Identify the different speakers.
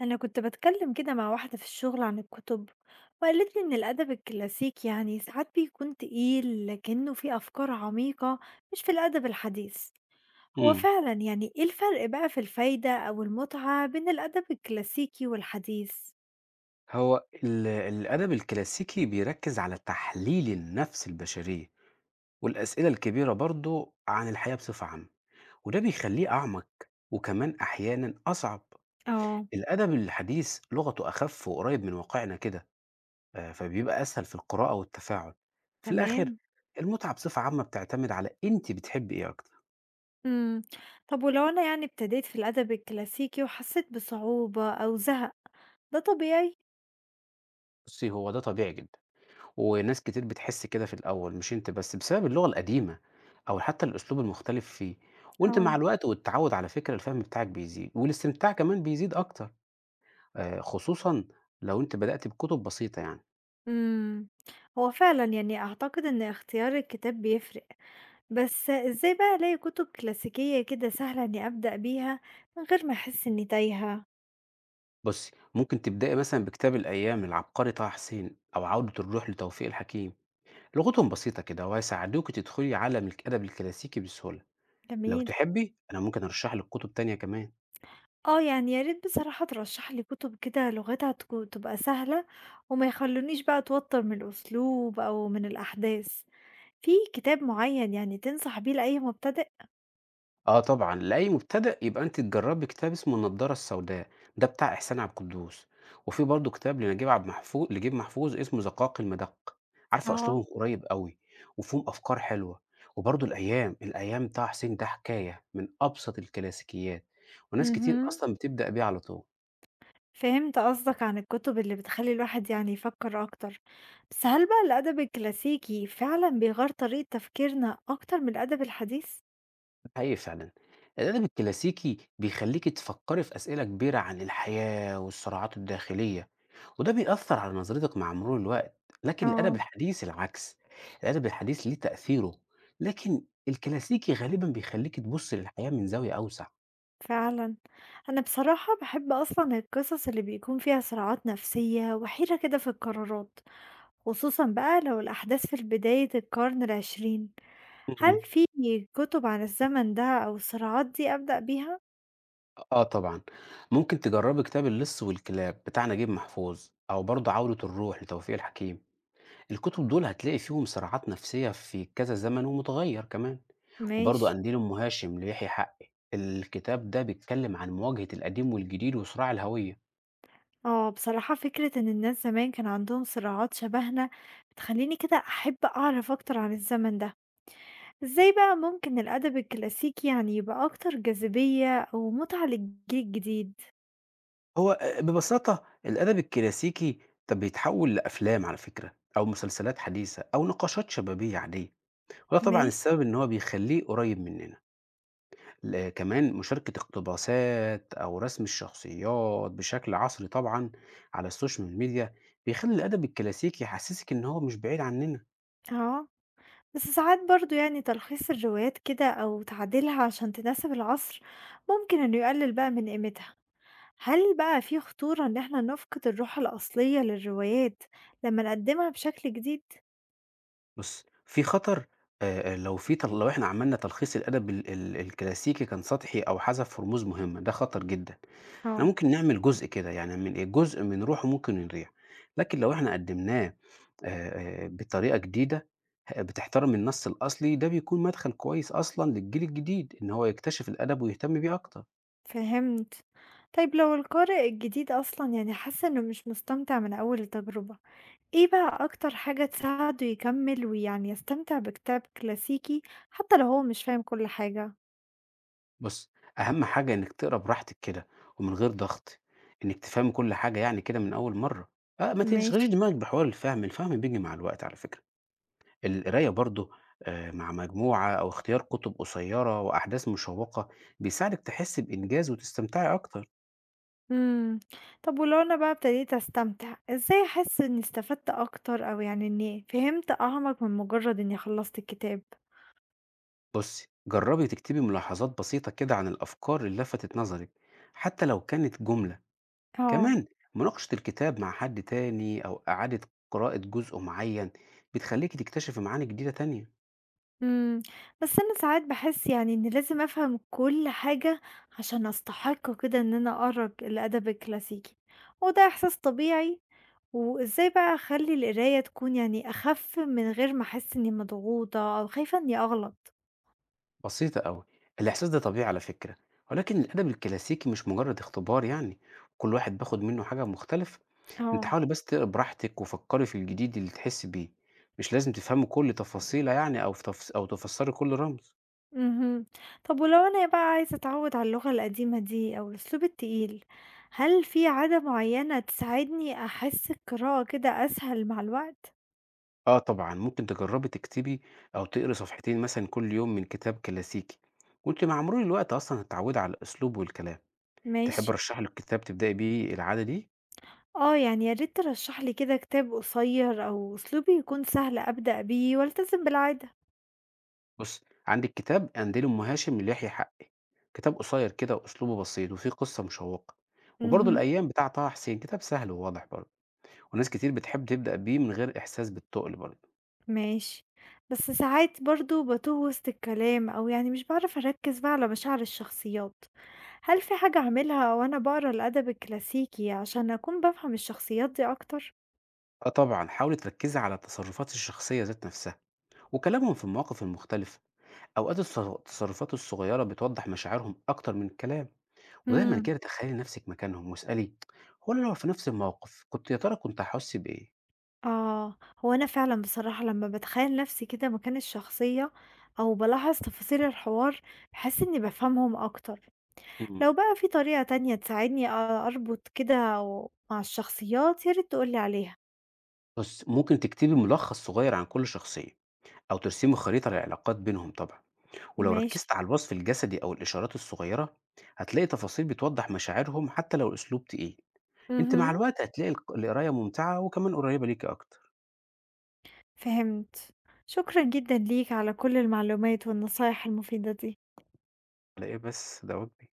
Speaker 1: أنا كنت بتكلم كده مع واحدة في الشغل عن الكتب، وقالت لي إن الأدب الكلاسيكي يعني ساعات بيكون تقيل لكنه فيه أفكار عميقة، مش في الأدب الحديث. هو
Speaker 2: إمم.
Speaker 1: فعلا يعني إيه الفرق بقى في الفايدة أو المتعة بين الأدب الكلاسيكي والحديث؟
Speaker 2: هو الأدب الكلاسيكي بيركّز على تحليل النفس البشرية، والأسئلة الكبيرة برضه عن الحياة بصفة عامة، وده بيخلّيه أعمق وكمان أحيانًا أصعب.
Speaker 1: اه.
Speaker 2: الأدب الحديث لغته أخف وقريب من واقعنا كده، فبيبقى أسهل في القراءة والتفاعل. في الآخر
Speaker 1: تمام.
Speaker 2: المتعة بصفة عامة بتعتمد على أنتِ بتحبي إيه أكتر.
Speaker 1: مم. طب ولو أنا يعني ابتديت في الأدب الكلاسيكي وحسيت بصعوبة أو زهق، ده طبيعي؟
Speaker 2: بُصّي، هو ده طبيعي جدًا. وناس كتير بتحس كده في الأول، مش أنت بس، بسبب اللغة القديمة أو حتى الأسلوب المختلف فيه، وأنت
Speaker 1: اه.
Speaker 2: مع الوقت والتعوّد على فكرة الفهم بتاعك بيزيد، والاستمتاع كمان بيزيد أكتر، خصوصًا لو أنت بدأت بكتب بسيطة يعني.
Speaker 1: مم. هو فعلا يعني أعتقد إن اختيار الكتاب بيفرق، بس إزاي بقى ألاقي كُتب كلاسيكية كده سهلة إنّي أبدأ بيها من غير ما أحس إنّي تايهة؟
Speaker 2: بُصّي، ممكن تبدئي مثلًا بكتاب الأيام للعبقري طه حسين أو عودة الروح لتوفيق الحكيم، لغتهم بسيطة كده وهيساعدوكِ تدخلي عالم الأدب الكلاسيكي بسهولة. لو
Speaker 1: جميل.
Speaker 2: تحبي أنا ممكن أرشّح لِك كتب تانية كمان.
Speaker 1: آه، يعني يا ريت بصراحة ترشّح لي كُتب كده لغتها تبقى سهلة، وما يخلّونيش بقى أتوتّر من الأسلوب أو من الأحداث. في كتاب معيّن يعني تنصح بيه لأي مبتدئ؟
Speaker 2: آه طبعًا، لأي مبتدئ يبقى أنتِ تجرّبي كتاب اسمه النضارة السوداء، ده بتاع إحسان عبد القدوس، وفي برضه كتاب لنجيب محفوظ اسمه زقاق المدق، عارفة
Speaker 1: آه،
Speaker 2: أسلوبهم قريب أوي وفيهم أفكار حلوة، وبرضه الأيام بتاع حسين ده حكاية من أبسط الكلاسيكيات، وناس كتير
Speaker 1: اهم.
Speaker 2: أصلًا بتبدأ بيه على طول،
Speaker 1: فهمت قصدك عن الكُتب اللي بتخلّي الواحد يعني يفكّر أكتر. بس هل بقى الأدب الكلاسيكي فعلًا بيغيّر طريقة تفكيرنا أكتر من الأدب الحديث؟
Speaker 2: حقيقي فعلًا. الأدب الكلاسيكي بيخلّيكِ تفكّري في أسئلة كبيرة عن الحياة والصراعات الداخلية. وده بيأثّر على نظرتك مع مرور الوقت، لكن الأدب
Speaker 1: آه.
Speaker 2: الحديث العكس، الأدب الحديث ليه تأثيره، لكن الكلاسيكي غالبًا بيخلّيك تبُص للحياة من زاوية أوسع.
Speaker 1: فعلًا. أنا بصراحة باحب أصلًا القصص اللي بيكون فيها صراعات نفسية وحيرة كده في القرارات، خصوصًا بقى لو الأحداث في بداية القرن العشرين. هل
Speaker 2: اهم.
Speaker 1: في كتب عن الزمن ده أو الصراعات دي أبدأ بيها؟
Speaker 2: آه طبعًا، ممكن تجرّبي كتاب اللِص والكلاب بتاع نجيب محفوظ أو برضه عودة الروح لتوفيق الحكيم، الكتب دول هتلاقي فيهم صراعات نفسية في كذا زمن ومتغيّر كمان، وبرضه
Speaker 1: ماشي.
Speaker 2: قنديل أم هاشم ليحيى حقّي، الكتاب ده بيتكلّم عن مواجهة القديم والجديد وصراع الهوية.
Speaker 1: آه، بصراحة فكرة إن الناس زمان كان عندهم صراعات شبهنا بتخلّيني كده أحب أعرف أكتر عن الزمن ده. إزاي بقى ممكن الأدب الكلاسيكي يعني يبقى أكتر جاذبية أو متعة للجيل الجديد؟
Speaker 2: هو ببساطة الأدب الكلاسيكي طَب بيتحوّل لأفلام على فكرة أو مسلسلات حديثة أو نقاشات شبابية عادية، وده طبعًا
Speaker 1: ماشي.
Speaker 2: السبب إن هو بيخلّيه قريّب منّنا، كمان مشاركة اقتباسات أو رسم الشخصيات بشكل عصري طبعًا على السوشيال ميديا، بيخلّي الأدب الكلاسيكي يحسّسك إن هو مش بعيد عنّنا.
Speaker 1: آه. بس ساعات برضه يعني تلخيص الروايات كده أو تعديلها عشان تناسب العصر ممكن إنه يقلل بقى من قيمتها. هل بقى في خطورة إن احنا نفقد الروح الأصلية للروايات لما نقدمها بشكل جديد؟
Speaker 2: بُص، في خطر لو في تل لو إحنا عملنا تلخيص الأدب ال ال الكلاسيكي كان سطحي أو حذف رموز مهمة، ده خطر جدًا. إحنا
Speaker 1: اه.
Speaker 2: ممكن نعمل جزء كده، يعني من إيه، جزء من روحه ممكن يضيع، لكن لو إحنا قدّمناه بطريقة جديدة بتحترم النَص الأصلي، ده بيكون مدخل كويس أصلًا للجيل الجديد إن هو يكتشف الأدب ويهتم بيه أكتر.
Speaker 1: فهمت. طيب لو القارئ الجديد أصلا يعني حس إنه مش مستمتع من أول التجربة، ايه بقى أكتر حاجة تساعده يكمل ويعني يستمتع بكتاب كلاسيكي حتى لو هو مش فاهم كل حاجة؟
Speaker 2: بُص، أهم حاجة إنِّك تقرا براحتك كده ومن غير ضغط، إنِّك تفهمي كل حاجة يعني كده من أول مرّة، آه، ما
Speaker 1: ماشي.
Speaker 2: تشغليش دماغِك بحوار الفهم، الفهم بييجي مع الوقت على فكرة. القراية برضه مع مجموعة أو اختيار كُتب قصيّرة وأحداث مشوّقة، بيساعدِك تحسّي بإنجاز وتستمتعي أكتر.
Speaker 1: إمم. طب ولو أنا بقى ابتديت أستمتع، إزاي أحس إني استفدت أكتر أو يعني إني فهمت أعمق من مجرد إني خلّصت الكتاب؟
Speaker 2: بُصّي، جرّبي تكتبي ملاحظات بسيطة كده عن الأفكار اللي لفتت نظرِك، حتى لو كانت جملة.
Speaker 1: آه.
Speaker 2: كمان مناقشة الكتاب مع حد تاني أو إعادة قراءة جزء معيّن، بتخلّيكِ تكتشفي معاني جديدة تانية.
Speaker 1: إمم. بس أنا ساعات باحس يعني إني لازم أفهم كل حاجة عشان أستحق كده إن أنا أقرا الأدب الكلاسيكي، وده إحساس طبيعي. وإزاي بقى أخلّي القراية تكون يعني أخف من غير ما أحس إني مضغوطة أو خايفة إني أغلط؟
Speaker 2: بسيطة أوي، الإحساس ده طبيعي على فكرة، ولكن الأدب الكلاسيكي مش مجرّد اختبار يعني، كل واحد بياخُد منّه حاجة مختلفة. أنتِ
Speaker 1: آه.
Speaker 2: حاولي بس تقري براحتك، وفكّري في الجديد اللي تحسّي بيه، مش لازم تفهمي كل تفاصيلة يعني أو تفسّري كل رمز.
Speaker 1: اهم. طب ولو أنا بقى عايزة أتعوّد على اللغة القديمة دي أو الأسلوب التقيل، هل في عادة معيّنة تساعدني أحس القراءة كده أسهل مع الوقت؟
Speaker 2: آه طبعًا، ممكن تجرّبي تكتبي أو تقري صفحتين مثلًا كل يوم من كتاب كلاسيكي، وأنتِ مع مرور الوقت أصلًا هتتعوّدي على الأسلوب والكلام.
Speaker 1: ماشي.
Speaker 2: تحبّي أرشّح لِك كتاب تبدئي بيه العادة دي؟
Speaker 1: آه، يعني يا ريت ترشّح لي كده كتاب قصيّر أو أسلوبي يكون سهل أبدأ بيه والتزم بالعادة.
Speaker 2: بُصّي، عندِك كتاب "أنديل أم هاشم" ليحيى حقّي، كتاب قصيّر كده وأسلوبه بسيط وفيه قصة مشوّقة، وبرضه
Speaker 1: اهم.
Speaker 2: الأيام بتاع طه حسين كتاب سهل وواضح برضه، وناس كتير بتحب تبدأ بيه من غير إحساس بالتُقل برضه.
Speaker 1: ماشي. بس ساعات برضه باتوه وسط الكلام أو يعني مش باعرف أركّز بقى على مشاعر الشخصيات، هل في حاجة أعملها وأنا باقرا الأدب الكلاسيكي عشان أكون بافهم الشخصيات دي أكتر؟
Speaker 2: آه طبعا حاولي تركزي على التصرفات الشخصية ذات نفسها وكلامهم في المواقف المختلفة أوقات التصرفات الصغيرة بتوضح مشاعرهم أكتر من الكلام ودايما
Speaker 1: إمم.
Speaker 2: كده تخيلي نفسك مكانهم واسألي هو أنا لو في نفس الموقف كنت يا ترى كنت هحس بإيه؟
Speaker 1: آه، هو أنا فعلًا بصراحة لمّا باتخيّل نَفْسي كده مكان الشخصية، أو بالاحظ تفاصيل الحوار، باحس إني بافهمهم أكتر.
Speaker 2: مم.
Speaker 1: لو بقى في طريقة تانية تساعدني أربط كده و مع الشخصيات يا ريت تقول لي عليها.
Speaker 2: بص ممكن تكتبي ملخص صغير عن كل شخصية أو ترسمي خريطة للعلاقات بينهم طبعا ولو
Speaker 1: ماشي.
Speaker 2: ركزت على الوصف الجسدي أو الإشارات الصغيرة هتلاقي تفاصيل بتوضح مشاعرهم حتى لو الأسلوب تقيل أنت مع
Speaker 1: اهم.
Speaker 2: الوقت هتلاقي القراية ممتعة وكمان قريبة ليكي أكتر
Speaker 1: فهمت. شكرًا جدًا ليك على كل المعلومات والنصايح المفيدة دي.
Speaker 2: على إيه بس؟ ده وجبة